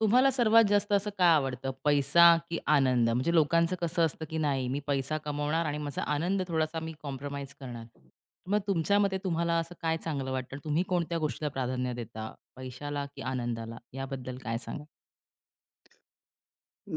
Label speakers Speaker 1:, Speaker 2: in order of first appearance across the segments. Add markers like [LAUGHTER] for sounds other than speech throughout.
Speaker 1: तुम्हाला सर्वात जास्त असं का आवडतं? पैसा की आनंद? म्हणजे लोकांचं कसं असतं, की नाही मी पैसा कमवणार आणि माझा आनंद थोडासा मी कॉम्प्रोमाईज करणार. मग तुमच्या मते तुम्हाला असं काय चांगलं वाटतं? तुम्ही कोणत्या गोष्टीला प्राधान्य देता? पैशाला की आनंदाला? याबद्दल काय सांगाल?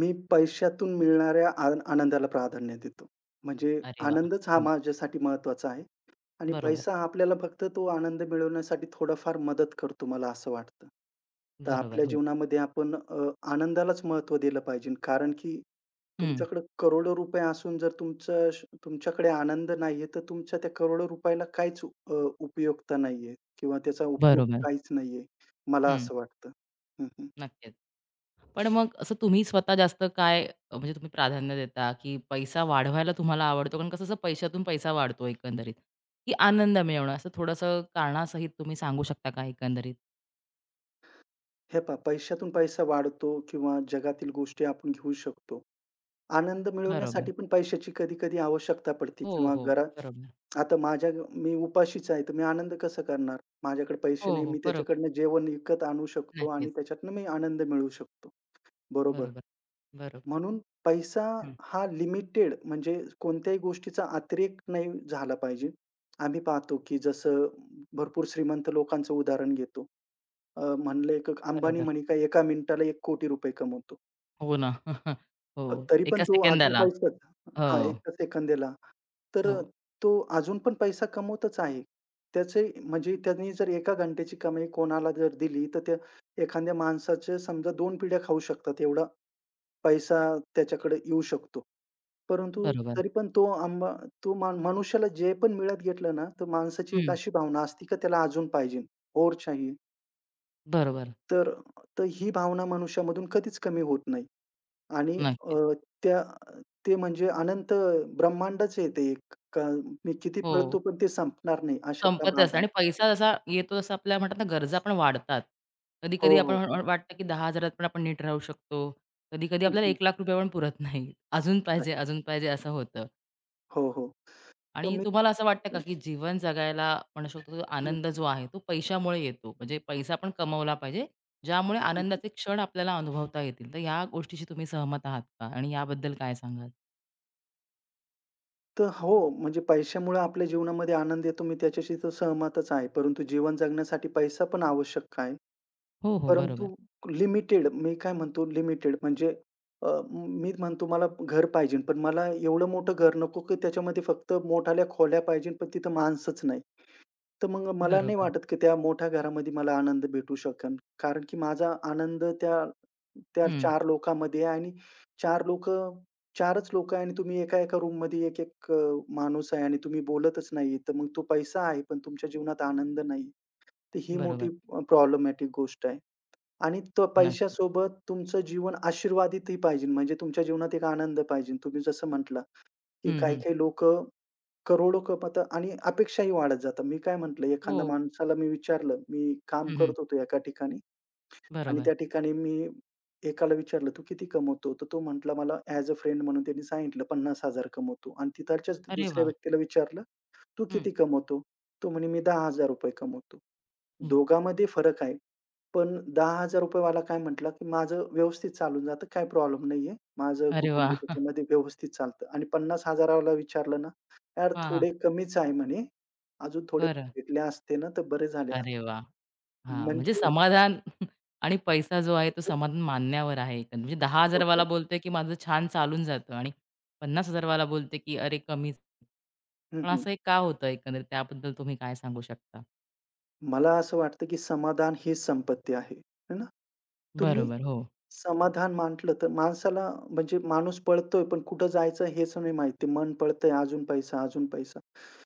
Speaker 2: मी पैशातून मिळणाऱ्या आनंदाला प्राधान्य देतो. म्हणजे
Speaker 1: अरे वाह!
Speaker 2: आनंदच हा
Speaker 1: हं.
Speaker 2: माझ्यासाठी महत्त्वाचा आहे आणि
Speaker 1: बरोबर,
Speaker 2: पैसा हा आपल्याला फक्त तो आनंद मिळवण्यासाठी थोडाफार मदत करतो, मला असं वाटतं. तर
Speaker 1: बरोबर.
Speaker 2: आपल्या
Speaker 1: हो.
Speaker 2: जीवनामध्ये आपण आनंदालाच महत्त्व दिलं पाहिजे, कारण की
Speaker 1: हं.
Speaker 2: तुमच्याकडे करोडो रुपये असून जर तुमचं श तुमच्याकडे आनंद नाहीये, तर तुमच्या त्या करोडो रुपयाला काहीच उपयोगिता नाहीये किंवा त्याचा उपयोग
Speaker 1: बरोबर.
Speaker 2: काहीच नाहीये, मला
Speaker 1: हं.
Speaker 2: असं वाटतं. हं, हं.
Speaker 1: नक्कीच. पण मग असं तुम्ही स्वतः जास्त काय म्हणजे तुम्ही प्राधान्य देता, की पैसा वाढवायला तुम्हाला आवडतो? कारण कसं असं पैशातून पैसा वाढतो एकंदरीत, की आनंद मिळवणं असं थोडंसं कारणासहित तुम्ही सांगू शकता का एकंदरीत?
Speaker 2: हे पहा, पैशातून पैसा वाढतो किंवा जगातील गोष्टी आपण घेऊ शकतो. आनंद
Speaker 1: बरोबर.
Speaker 2: मिळवण्यासाठी पण पैशाची कधी-कधी आवश्यकता पडते
Speaker 1: हो,
Speaker 2: किंवा
Speaker 1: हो.
Speaker 2: घरात.
Speaker 1: बरोबर.
Speaker 2: आता मी उपाशीच आहे, तर मी आनंद कसा करणार? माझ्याकडे पैसे
Speaker 1: हो,
Speaker 2: नाही,
Speaker 1: हो.
Speaker 2: मी
Speaker 1: बरोबर.
Speaker 2: त्याच्याकडनं जेवण विकत आणू शकतो
Speaker 1: नक्कीच.
Speaker 2: आणि त्याच्यातनं मी आनंद मिळवू शकतो. बरोबर.
Speaker 1: बरोबर. बरोबर.
Speaker 2: म्हणून पैसा
Speaker 1: हं.
Speaker 2: हा लिमिटेड, म्हणजे कोणत्याही गोष्टीचा अतिरेक नाही झाला पाहिजे. आम्ही पाहतो, की जसं भरपूर श्रीमंत लोकांचं उदाहरण घेतो. म्हणले एक अंबानी
Speaker 1: बरोबर.
Speaker 2: म्हणे काय एका मिनिटाला ₹1,00,00,000 कमवतो.
Speaker 1: हो ना. [LAUGHS] हो.
Speaker 2: तरी पण
Speaker 1: एका
Speaker 2: तो अजून
Speaker 1: सेकंदाला.
Speaker 2: पैसाच
Speaker 1: हो,
Speaker 2: हां, एका सेकंदाला. तर
Speaker 1: हो.
Speaker 2: तो अजून पण पैसा कमवतच आहे. त्याचे म्हणजे त्यांनी जर एका घंट्याची कमाई कोणाला जर दिली, तर त्या एखाद्या माणसाचे समजा दोन पिढ्या खाऊ शकतात एवढा पैसा त्याच्याकडे येऊ शकतो. परंतु
Speaker 1: बरोबर.
Speaker 2: तरी पण तो अंबा तो मा मनुष्याला जे पण मिळत घेतलं ना, तर माणसाची एक
Speaker 1: हं.
Speaker 2: अशी भावना असते, की त्याला अजून पाहिजे, और चाहिए.
Speaker 1: बरोबर.
Speaker 2: तर तर ही भावना मनुष्यामधून कधीच कमी होत नाही आणि अ,
Speaker 1: नक्कीच.
Speaker 2: त्या ते म्हणजे अनंत ब्रह्मांडच आहे ते एक. का मी किती
Speaker 1: हो.
Speaker 2: पळतो पण ते संपणार नाही अशातला
Speaker 1: संपत
Speaker 2: भाग
Speaker 1: असतं
Speaker 2: आहे.
Speaker 1: आणि पैसा जसा येतो तसा आपल्या म्हणतात ना गरजा पण वाढतात.
Speaker 2: हो,
Speaker 1: कधी-कधी
Speaker 2: हो,
Speaker 1: आपण
Speaker 2: हो.
Speaker 1: वाटतं की 10,000त पण आपण नीट राहू शकतो. कधी-कधी
Speaker 2: हं,
Speaker 1: आपल्याला
Speaker 2: हं.
Speaker 1: ₹1,00,000 पण पुरत नाही. अजून
Speaker 2: आहे.
Speaker 1: पाहिजे, अजून पाहिजे असं होतं.
Speaker 2: हो, हो. तर
Speaker 1: आणि
Speaker 2: मी
Speaker 1: तुम्हाला असं वाटतं का
Speaker 2: हं,
Speaker 1: की जीवन जगायला म्हणू शकतो तो
Speaker 2: हं,
Speaker 1: आनंद जो आहे तो पैशामुळे येतो? म्हणजे पैसा आपण कमवला पाहिजे, ज्यामुळे
Speaker 2: हं.
Speaker 1: आनंदाचे क्षण आपल्याला अनुभवता येतील. तर ह्या गोष्टीशी तुम्ही सहमत आहात का? आणि याबद्दल काय सांगाल?
Speaker 2: तर हो, म्हणजे पैशामुळे आपल्या जीवनामध्ये आनंद येतो, मी त्याच्याशी तर सहमतच आहे. परंतु जीवन जगण्यासाठी पैसा पण आवश्यक आहे.
Speaker 1: हो, हो.
Speaker 2: परंतु
Speaker 1: बरोबर.
Speaker 2: लिमिटेड, मी काय म्हणतो लिमिटेड म्हणजे अ, मी म्हणतो, मला घर पाहिजे, पण मला एवढं मोठं घर नको, की त्याच्यामध्ये फक्त मोठाल्या खोल्या पाहिजे, पण तिथं माणसंच नाही. तर मग मला नाही
Speaker 1: बरोबर.
Speaker 2: वाटत, की त्या मोठ्या घरामध्ये मला आनंद भेटू शकेल. कारण की माझा आनंद त्या त्या
Speaker 1: हं.
Speaker 2: 4 लोकांमध्ये आहे आणि 4 लोकं 4च लोकं आहे आणि तुम्ही एका-एका रूममध्ये एक-एक माणूस आहे आणि तुम्ही बोलतच नाहीये. तर मग तो पैसा आहे, पण तुमच्या जीवनात आनंद नाही. तर ही मोठी
Speaker 1: बरोबर.
Speaker 2: प्रॉब्लेमॅटिक गोष्ट आहे. आणि तो
Speaker 1: नक्की.
Speaker 2: पैशासोबत तुमचं जीवन आशीर्वादितही पाहिजे. म्हणजे तुमच्या जीवनात एक आनंद पाहिजे. तुम्ही जसं म्हटला, की
Speaker 1: हं, हं.
Speaker 2: काही-काही लोकं करोडो कमवतात आणि अपेक्षाही वाढत जातात. मी काय म्हटलं, एखाद्या
Speaker 1: हो.
Speaker 2: माणसाला मी विचारलं, मी काम
Speaker 1: हं, हं.
Speaker 2: करत होतो एका ठिकाणी आणि
Speaker 1: बरोबर.
Speaker 2: त्या ठिकाणी मी एकाला विचारलं, "तू किती कमवतो?" तर तो म्हटला, "मला ॲज अ फ्रेंड" म्हणून त्यांनी सांगितलं, "₹50,000 कमवतो" आणि तिथल्याच
Speaker 1: अरे
Speaker 2: दुसऱ्या
Speaker 1: वा
Speaker 2: व्यक्तीला विचारलं, "तू
Speaker 1: हं.
Speaker 2: किती कमवतो?" तो म्हणे, "मी ₹10,000 कमवतो."
Speaker 1: हं.
Speaker 2: दोघांमध्ये फरक आहे. पण ₹10,000 वाला काय म्हटला, की माझं व्यवस्थित चालून जातं, काही प्रॉब्लेम नाहीये. माझं
Speaker 1: अरे वा
Speaker 2: कुटुंब
Speaker 1: [LAUGHS]
Speaker 2: त्याच्यामध्ये व्यवस्थित चालतं आणि 50,000 वाला विचारलं ना, "यार
Speaker 1: हां, हां.
Speaker 2: थोडे कमीच आहे" म्हणे. "अजून थोडे
Speaker 1: बरं.
Speaker 2: भेटले असते ना, तर बरे झाले
Speaker 1: अरे वा
Speaker 2: असते."
Speaker 1: हां, म्हणजे
Speaker 2: म्हणजे
Speaker 1: समाधान [LAUGHS] आणि पैसा जो आहे तो समाधान मानण्यावर आहे एकंदरीत. म्हणजे
Speaker 2: हो,
Speaker 1: 10,000 वाला
Speaker 2: हो.
Speaker 1: बोलतोय, की माझं छान चालून जातं आणि 50,000 वाला बोलतोय, की अरे कमीच.
Speaker 2: हं,
Speaker 1: पण
Speaker 2: हं.
Speaker 1: असं हे का होतं एकंदरीत त्याबद्दल तुम्ही काय सांगू शकता?
Speaker 2: मला असं वाटतं, की समाधान ही संपत्ती आहे. है ना? तुम्ही
Speaker 1: बरोबर. हो,
Speaker 2: समाधान म्हटलं तर माणसाला म्हणजे माणूस पळतोय, पण कुठं जायचं हेच नाही माहिती. मन पळतंय अजून पैसा, अजून पैसा.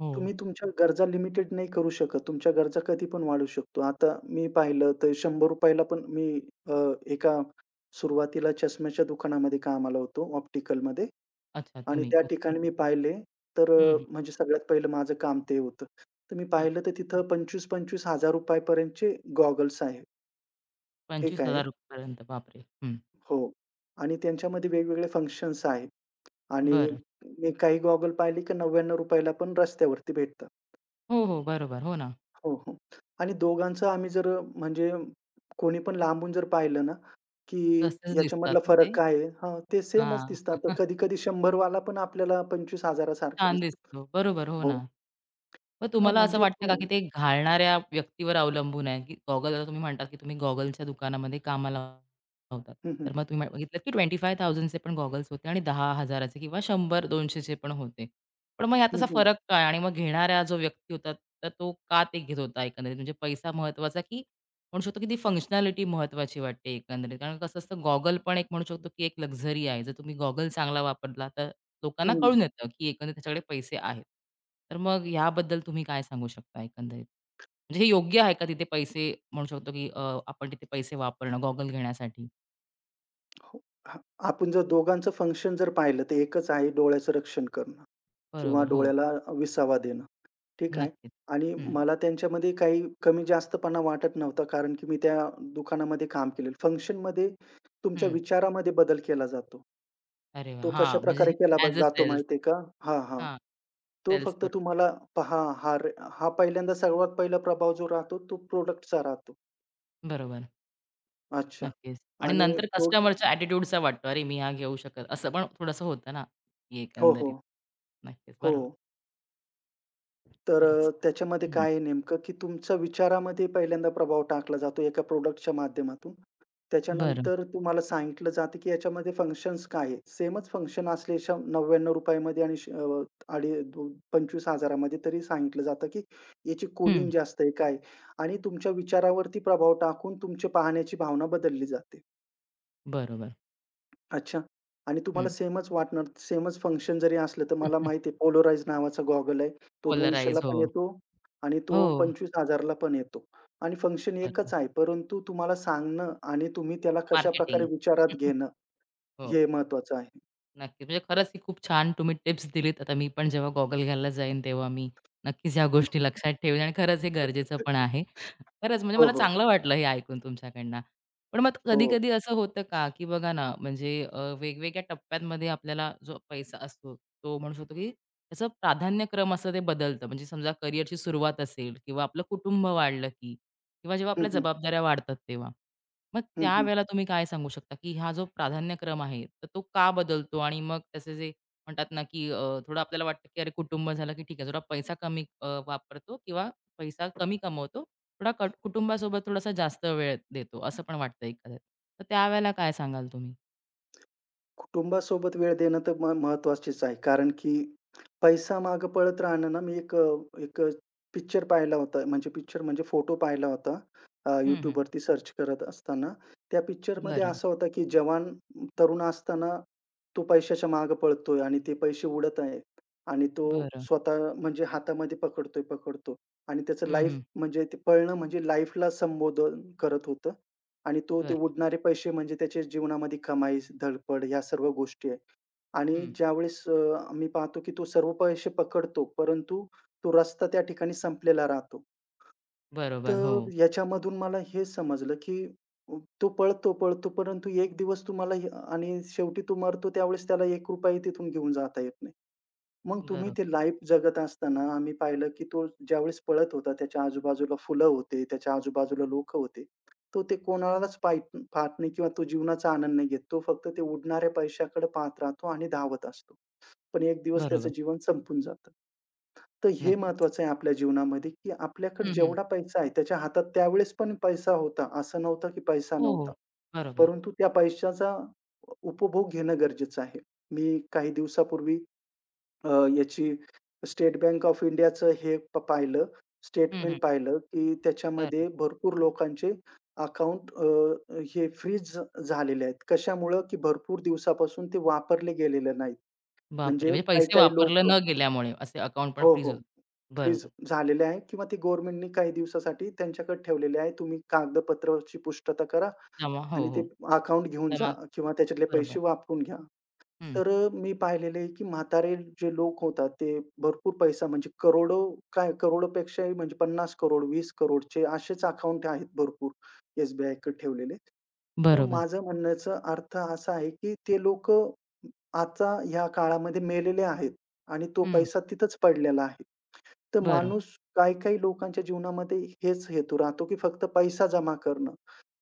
Speaker 1: हो.
Speaker 2: तुम्ही तुमच्या गरजा लिमिटेड नाही करू शकत. तुमच्या गरजा कधी पण वाढू शकतो. आता मी पाहिलं तर ₹100 ला पण अ, एका सुरुवातीला चष्म्याच्या दुकानामध्ये कामाला होतो, ऑप्टिकलमध्ये.
Speaker 1: अच्छा
Speaker 2: आणि
Speaker 1: तुम्ही.
Speaker 2: त्या
Speaker 1: ओके.
Speaker 2: ठिकाणी मी पाहिले, तर
Speaker 1: हं, हं,
Speaker 2: म्हणजे सगळ्यात पहिलं माझं काम ते होतं. तर मी
Speaker 1: हं.
Speaker 2: पाहिलं तर तिथं ₹25,000-₹25,000 पर्यंतचे गॉगल्स आहेत. ठीक आहे.
Speaker 1: ₹25,000 पर्यंत. बापरे! हं.
Speaker 2: हो. आणि त्यांच्यामध्ये वेगवेगळे फंक्शन्स आहेत आणि
Speaker 1: बरं.
Speaker 2: मी काही गॉगल पाहिले, की ₹99 ला पण रस्त्यावरती भेटतात.
Speaker 1: हो, हो. बरोबर. हो ना.
Speaker 2: हो, हो. आणि दोघांचं आम्ही जर म्हणजे कोणी पण लांबून जर पाहिलं ना, की
Speaker 1: तसेच दिसतात
Speaker 2: याच्यामधला
Speaker 1: ना ते.
Speaker 2: फरक काय आहे? हां, ते सेमच
Speaker 1: हां.
Speaker 2: दिसतात. तर
Speaker 1: [LAUGHS]
Speaker 2: कधी-कधी 100 वाला पण आपल्याला 25,000 सारखा
Speaker 1: छान
Speaker 2: दिसतो.
Speaker 1: दिसतो. बरोबर. हो
Speaker 2: हो.
Speaker 1: ना. मग
Speaker 2: तर
Speaker 1: तुम्हाला असं
Speaker 2: म्हणजे
Speaker 1: वाटतं का,
Speaker 2: तुम्ही
Speaker 1: की ते घालणाऱ्या व्यक्तीवर अवलंबून आहे, की गॉगल आता तुम्ही म्हणतात, की तुम्ही गॉगलच्या दुकानामध्ये कामाला होतात.
Speaker 2: हं.
Speaker 1: तर मग तुम्ही बघितलं, की 25,000 चे पण गॉगल्स होते आणि 10,000 चे किंवा 100-200 पण होते. पण मग ह्यात
Speaker 2: हं,
Speaker 1: असा
Speaker 2: हं.
Speaker 1: फरक काय आणि मग घेणारा जो व्यक्ती होता, तर तो का ते घेत होता एकंदरीत? म्हणजे पैसा महत्त्वाचा की म्हणू शकतो की ती फंक्शनॅलिटी महत्त्वाची वाटते एकंदरीत. कारण कसं असतं गॉगल पण एक म्हणू शकतो की एक लक्झरी आहे. जर तुम्ही गॉगल चांगला वापरला तर
Speaker 2: हं,
Speaker 1: लोकांना
Speaker 2: हं.
Speaker 1: कळून येतं की एकंदरीत त्याच्याकडे पैसे आहेत. तर मग ह्याबद्दल तुम्ही काय सांगू शकता एकंदरीत? म्हणजे हे योग्य आहे का तिथे पैसे म्हणू शकतो की आपण तिथे पैसे वापरणं गॉगल घेण्यासाठी?
Speaker 2: हो. हां, आपण जर दोघांचं फंक्शन जर पाहिलं, तर एकच आहे डोळ्याचं रक्षण करणं किंवा
Speaker 1: बरोबर. हो,
Speaker 2: डोळ्याला विसावा देणं. ठीक आहे.
Speaker 1: नक्कीच.
Speaker 2: आणि
Speaker 1: हं,
Speaker 2: मला त्यांच्यामध्ये काही कमी-जास्तपणा वाटत नव्हता, कारण की मी त्या दुकानामध्ये काम केलेलं. फंक्शनमध्ये तुमच्या
Speaker 1: हं.
Speaker 2: विचारामध्ये बदल केला जातो.
Speaker 1: अरे वाह!
Speaker 2: तो
Speaker 1: हां, म्हणजे
Speaker 2: कशाप्रकारे
Speaker 1: [LAUGHS]
Speaker 2: केला
Speaker 1: ॲज अ
Speaker 2: जातो
Speaker 1: सेल्स.
Speaker 2: माहिती आहे का? हां, हां.
Speaker 1: हां,
Speaker 2: तो
Speaker 1: सेल्स
Speaker 2: फक्त
Speaker 1: बरोबर.
Speaker 2: तुम्हाला पहा, हा पहिल्यांदा सर्वात पहिला प्रभाव जो राहतो, तो प्रॉडक्टचा राहतो.
Speaker 1: बरोबर.
Speaker 2: अच्छा.
Speaker 1: नक्कीच. आणि
Speaker 2: आणि
Speaker 1: नंतर
Speaker 2: प्रो
Speaker 1: कस्टमरच्या ॲटिट्यूडचा वाटतो, "अरे, मी हा घेऊ शकत." असं पण थोडंसं होतं ना,
Speaker 2: हो,
Speaker 1: एकंदरीत.
Speaker 2: हो.
Speaker 1: नक्कीच,
Speaker 2: हो.
Speaker 1: बरोबर.
Speaker 2: तर
Speaker 1: खरंच.
Speaker 2: त्याच्यामध्ये
Speaker 1: हं,
Speaker 2: काय आहे नेमकं, की तुमच्या विचारामध्ये पहिल्यांदा प्रभाव टाकला जातो एका प्रॉडक्टच्या माध्यमातून.
Speaker 1: बरं.
Speaker 2: त्याच्यानंतर तुम्हाला सांगितलं जातं, की याच्यामध्ये फंक्शन्स काय आहे. सेमच फंक्शन असले शं ₹99 मध्ये आणि श अडी दो 25,000 मध्ये तरी सांगितलं जातं, की याची
Speaker 1: हं,
Speaker 2: कूलिंग जास्त आहे, काय आणि तुमच्या विचारावरती प्रभाव टाकून तुमची पाहण्याची भावना बदलली जाते.
Speaker 1: बरोबर.
Speaker 2: अच्छा. आणि तुम्हाला
Speaker 1: हं.
Speaker 2: सेमच वाटणार, सेमच फंक्शन जरी असलं, तर मला
Speaker 1: [LAUGHS]
Speaker 2: माहिती आहे पोलराइज नावाचा गॉगल आहे. तो 200
Speaker 1: पोलराइज.
Speaker 2: ला पण
Speaker 1: हो.
Speaker 2: येतो आणि
Speaker 1: हो,
Speaker 2: तो 25,000 ला पण येतो आणि फंक्शन
Speaker 1: बरोबर.
Speaker 2: एकच आहे. परंतु तुम्हाला सांगणं आणि तुम्ही त्याला कशाप्रकारे
Speaker 1: मार्केटिंग.
Speaker 2: विचारात
Speaker 1: [LAUGHS]
Speaker 2: घेणं,
Speaker 1: हो.
Speaker 2: हे महत्वाचं आहे.
Speaker 1: नक्कीच. म्हणजे खरंच ही खूप छान तुम्ही टिप्स दिलीत. आता मी पण जेव्हा गॉगल घ्यायला जाईन, तेव्हा मी नक्कीच ह्या
Speaker 2: हं,
Speaker 1: गोष्टी
Speaker 2: हं.
Speaker 1: लक्षात ठेवेन आणि खरंच हे गरजेचं पण आहे.
Speaker 2: [LAUGHS]
Speaker 1: खरंच म्हणजे
Speaker 2: हो,
Speaker 1: मला
Speaker 2: हो.
Speaker 1: चांगलं वाटलं हे ऐकून तुमच्याकडनं. पण मग
Speaker 2: हो.
Speaker 1: कधी-कधी असं होतं का, की बघा ना, म्हणजे वेगवेगळ्या टप्प्यांमध्ये आपल्याला जो पैसा असतो, तो म्हणू शकतो, की त्याचं प्राधान्यक्रम असं ते बदलतं. म्हणजे समजा करिअरची सुरुवात असेल किंवा आपलं कुटुंब वाढलं, की किंवा जेव्हा
Speaker 2: हं,
Speaker 1: आपल्या
Speaker 2: हं.
Speaker 1: जबाबदाऱ्या वाढतात तेव्हा. मग
Speaker 2: हं, हं.
Speaker 1: त्यावेळेला तुम्ही काय सांगू शकता, की हा जो प्राधान्यक्रम आहे, तर तो का बदलतो? आणि मग त्याचे जे म्हणतात ना, की थोडं आपल्याला वाटतं, की अरे कुटुंब झालं, की ठीक आहे थोडा पैसा कमी वापरतो किंवा पैसा कमी कमवतो. थोडा कट कुटुंबासोबत थोडासा जास्त वेळ देतो, असं पण वाटतं एखाद्यात. तर त्यावेळेला काय सांगाल तुम्ही?
Speaker 2: कुटुंबासोबत वेळ देणं तर महत्त्वाचीच आहे. कारण की पैसा मागे पळत राहणं ना, मी एक पिक्चर पाहिला होता. म्हणजे पिक्चर म्हणजे फोटो पाहिला होता,
Speaker 1: हं, हं.
Speaker 2: YouTubeवरती सर्च करत असताना. त्या पिक्चरमध्ये
Speaker 1: बरं,
Speaker 2: असा होता, की जवान तरुण असताना तो पैशाच्या मागे पळतोय आणि ते पैसे उडत आहेत. आणि तो
Speaker 1: बरं.
Speaker 2: स्वतः म्हणजे हातामध्ये पकडतोय, पकडतो. आणि त्याचं
Speaker 1: हं,
Speaker 2: लाईफ
Speaker 1: हं.
Speaker 2: म्हणजे ते पळणं म्हणजे लाईफला संबोधन करत होतं. आणि तो ते
Speaker 1: बरं.
Speaker 2: उडणारे पैसे म्हणजे त्याच्या जीवनामध्ये कमाई, धडपड ह्या सर्व गोष्टी आहे. आणि
Speaker 1: हं.
Speaker 2: ज्यावेळेस मी पाहतो, की तो सर्व पैसे पकडतो, परंतु तो रस्ता त्या ठिकाणी संपलेला राहतो.
Speaker 1: बरोबर.
Speaker 2: तर
Speaker 1: हो.
Speaker 2: ह्याच्यामधून मला हे समजलं, की तो पळतो, पळतो, परंतु एक दिवस आणि शेवटी तो मरतो त्यावेळेस त्याला ₹1 तिथून घेऊन जाता येत नाही. मग तुम्ही
Speaker 1: बरोबर,
Speaker 2: ते लाईफ जगत असताना आम्ही पाहिलं, की तो ज्यावेळेस पळत होता, त्याच्या आजूबाजूला फुलं होते, त्याच्या आजूबाजूला लोकं होते. तो ते कोणालाच पाहत नाही किंवा तो जीवनाचा आनंद नाही घेत. तो फक्त ते उडणाऱ्या पैशाकडे पाहत राहतो आणि धावत असतो. पण एक दिवस त्याचं
Speaker 1: बरोबर.
Speaker 2: जीवन संपून जातं. तर हे
Speaker 1: नक्कीच.
Speaker 2: महत्वाचं आहे आपल्या जीवनामध्ये, की आपल्याकडे
Speaker 1: हं, हं.
Speaker 2: जेवढा पैसा आहे, त्याच्या हातात त्यावेळेस पण पैसा होता. असं नव्हतं, की पैसा
Speaker 1: हो, हो.
Speaker 2: नव्हता.
Speaker 1: बरोबर.
Speaker 2: परंतु त्या पैशाचा उपभोग घेणं गरजेचं आहे. मी काही दिवसापूर्वी अ, याची स्टेट बँक ऑफ इंडियाचं
Speaker 1: हं,
Speaker 2: स्टेटमेंट
Speaker 1: हं.
Speaker 2: पाहिलं, की
Speaker 1: बरं.
Speaker 2: त्याच्यामध्ये भरपूर लोकांचे अकाउंट हे फ्रीज झालेले आहेत. कशामुळं? की भरपूर दिवसापासून ते वापरले गेलेले नाहीत.
Speaker 1: बापरे!
Speaker 2: म्हणजे
Speaker 1: म्हणजे पैसे
Speaker 2: काही-काही
Speaker 1: वापरले
Speaker 2: लोक
Speaker 1: न गेल्यामुळे असे अकाउंट पण
Speaker 2: हो,
Speaker 1: फ्रीज
Speaker 2: हो.
Speaker 1: होतं.
Speaker 2: फ्रीज
Speaker 1: बरोबर.
Speaker 2: झालेले आहे किंवा ते गव्हर्नमेंटनी काही दिवसासाठी त्यांच्याकडे ठेवलेले आहे. तुम्ही कागदपत्राची पुष्टता करा.
Speaker 1: जमा हो,
Speaker 2: आणि ते
Speaker 1: हो.
Speaker 2: अकाउंट घेऊन जा
Speaker 1: जमा
Speaker 2: किंवा त्याच्यातले
Speaker 1: बरोबर.
Speaker 2: पैसे वापरून घ्या.
Speaker 1: हं.
Speaker 2: तर मी पाहिलेलं आहे, की म्हातारे जे लोक होतात, ते भरपूर पैसा म्हणजे करोडो, काय करोडोपेक्षाही म्हणजे 50 करोड, 20 करोड चे असेच अकाउंट आहेत भरपूर एस-बी-आयकडे ठेवलेले. तर
Speaker 1: बरोबर.
Speaker 2: माझं म्हणण्याचा अर्थ असा आहे, की ते लोकं आता ह्या काळामध्ये मेलेले आहेत आणि तो
Speaker 1: हं.
Speaker 2: पैसा तिथंच पडलेला आहे. तर
Speaker 1: बरं
Speaker 2: माणूस काही-काही लोकांच्या जीवनामध्ये हेच हेतू राहतो, की फक्त पैसा जमा करणं.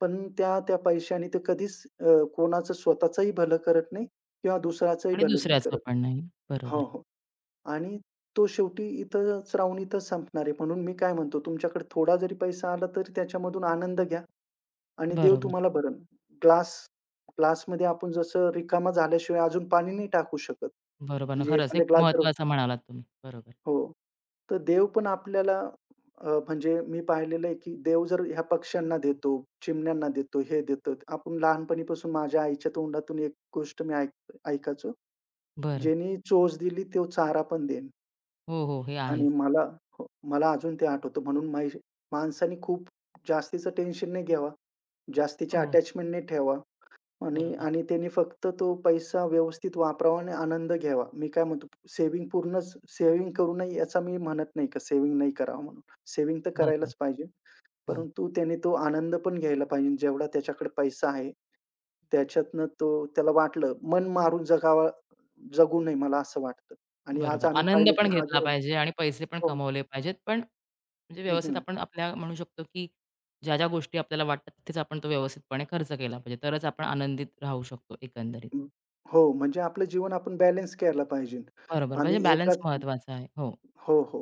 Speaker 2: पण त्या पैशाने ते कधीच कोणाचं स्वतःचंही भलं करत नाही किंवा दुसऱ्याचंही
Speaker 1: आणि
Speaker 2: भलं नाही
Speaker 1: दुसऱ्याचं
Speaker 2: करत.
Speaker 1: पण नाही. बरोबर.
Speaker 2: हो, हो. आणि तो शेवटी इथंच राहून इथंच संपणार आहे. म्हणून मी काय म्हणतो, तुमच्याकडे थोडा जरी पैसा आला तरी त्याच्यामधून आनंद घ्या आणि देव
Speaker 1: बरोबर.
Speaker 2: तुम्हाला भरेल. ग्लास ग्लासमध्ये आपण जसं रिकामा झाल्याशिवाय अजून पाणी नाही टाकू शकत.
Speaker 1: बरोबर ना.
Speaker 2: म्हणजे
Speaker 1: खरंच हे
Speaker 2: एखादा
Speaker 1: खूप
Speaker 2: ग्लास जर
Speaker 1: महत्वाचं म्हणालात तुम्ही. बरोबर.
Speaker 2: हो. तर देव पण आपल्याला म्हणजे मी पाहिलेलं आहे, की देव जर ह्या पक्ष्यांना देतो, चिमण्यांना देतो, हे देतो. आपण लहानपणीपासून माझ्या आईच्या तोंडातून एक गोष्ट मी ऐकायचो,
Speaker 1: बरं.
Speaker 2: "ज्यानी चोच दिली तो चारा पण देईन."
Speaker 1: हो, हो. हे आहेच.
Speaker 2: आणि मला हो, मला अजून ते आठवतं. म्हणून माणसाने खूप जास्तीचं टेन्शन नाही घ्यावा, जास्तीचे
Speaker 1: हो. हो.
Speaker 2: अटॅचमेंट नाही ठेवा. आणि
Speaker 1: बरोबर.
Speaker 2: आणि त्याने फक्त तो पैसा व्यवस्थित वापरावा आणि आनंद घ्यावा. मी काय म्हणतो, सेव्हिंग पूर्णच सेव्हिंग करू नये याचा मी म्हणत नाही, का सेव्हिंग नाही करावं म्हणून. सेव्हिंग तर
Speaker 1: बरोबर.
Speaker 2: करायलाच पाहिजे.
Speaker 1: हो.
Speaker 2: परंतु त्याने तो आनंद पण घ्यायला पाहिजे जेवढा त्याच्याकडे पैसा आहे. त्याच्यातनं तो त्याला वाटलं मन मारून जगावा जगू नये मला असं वाटतं. आणि आज
Speaker 1: बरोबर.
Speaker 2: आम्ही
Speaker 1: आनंद
Speaker 2: पाहिलं की
Speaker 1: पण घेतला
Speaker 2: हजारो
Speaker 1: पाहिजे आणि पैसे पण
Speaker 2: हो.
Speaker 1: कमवले पाहिजेत. पण म्हणजे
Speaker 2: हं,
Speaker 1: व्यवस्थित
Speaker 2: हं.
Speaker 1: आपण आपल्या म्हणू शकतो, की ज्या-ज्या गोष्टी आपल्याला वाटतात तिथेच आपण तो व्यवस्थितपणे खर्च केला पाहिजे. तरच आपण आनंदित राहू शकतो एकंदरीत.
Speaker 2: हं. हो, म्हणजे आपलं जीवन आपण बॅलन्स करायला पाहिजे.
Speaker 1: बरोबर. म्हणजे
Speaker 2: आम्ही
Speaker 1: बॅलन्स
Speaker 2: एकाच
Speaker 1: महत्वाचा आहे. हो.
Speaker 2: हो, हो.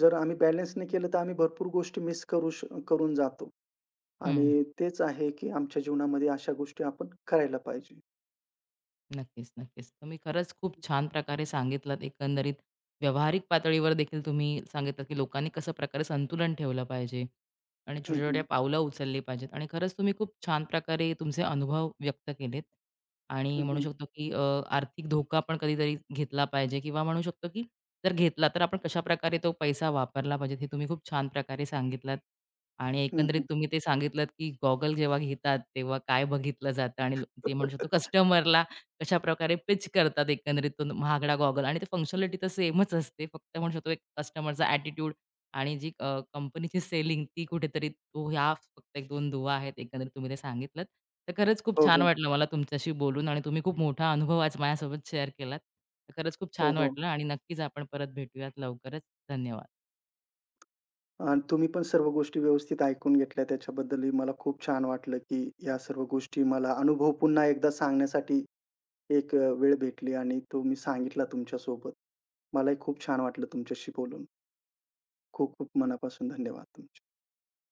Speaker 2: जर आम्ही बॅलन्स नाही केलं, तर आम्ही भरपूर गोष्टी मिस करू करून जातो.
Speaker 1: हं.
Speaker 2: आणि तेच आहे, की आमच्या जीवनामध्ये अशा गोष्टी आपण करायला पाहिजे.
Speaker 1: नक्कीच, नक्कीच. तुम्ही खरंच खूप छान प्रकारे सांगितलत एकंदरीत व्यावहारिक पातळीवर देखील तुम्ही सांगितलं, की लोकांनी कसं प्रकारे संतुलन ठेवलं पाहिजे आणि
Speaker 2: हं,
Speaker 1: छोट्या-छोट्या
Speaker 2: हं.
Speaker 1: पावलं उचलली पाहिजेत आणि खरंच तुम्ही खूप छान प्रकारे तुमचे अनुभव व्यक्त केलेत आणि
Speaker 2: हं,
Speaker 1: म्हणू
Speaker 2: हं.
Speaker 1: शकतो, की आर्थिक धोका पण कधीतरी घेतला पाहिजे किंवा म्हणू शकतो, की जर घेतला तर आपण कशाप्रकारे तो पैसा वापरला पाहिजे हे तुम्ही खूप छान प्रकारे सांगितलात आणि
Speaker 2: हं,
Speaker 1: एकंदरीत
Speaker 2: हं.
Speaker 1: तुम्ही ते सांगितलत, की गॉगल जेव्हा घेतात तेव्हा काय बघितलं जातं आणि ते म्हणू शकतो
Speaker 2: [LAUGHS]
Speaker 1: कस्टमरला कशाप्रकारे पिच करतात एकंदरीत तो महागडा गॉगल आणि ते फंक्शनॅलिटी तर सेमच असते. फक्त म्हणू शकतो एक कस्टमरचा ॲटिट्यूड आणि जी कंपनीची सेलिंग ती कुठेतरी तो ह्या फक्त 1-2 दुवा आहेत एकंदरीत तुम्ही ते सांगितलत. तर खरंच खूप
Speaker 2: हो,
Speaker 1: छान
Speaker 2: हो.
Speaker 1: वाटलं मला तुमच्याशी बोलून आणि तुम्ही खूप मोठा अनुभव आज माझ्यासोबत शेअर केलात. तर खरंच खूप
Speaker 2: हो,
Speaker 1: छान
Speaker 2: हो.
Speaker 1: वाटलं आणि नक्कीच आपण परत भेटूयात लवकरच. धन्यवाद.
Speaker 2: आणि तुम्ही पण सर्व गोष्टी व्यवस्थित ऐकून घेतल्या. त्याच्याबद्दलही मला खूप छान वाटलं, की या सर्व गोष्टी मला अनुभव पुन्हा एकदा सांगण्यासाठी एक वेळ भेटली आणि तो मी सांगितला तुमच्यासोबत. मलाही खूप छान वाटलं तुमच्याशी बोलून. खूप खूप मनापासून धन्यवाद तुमचे.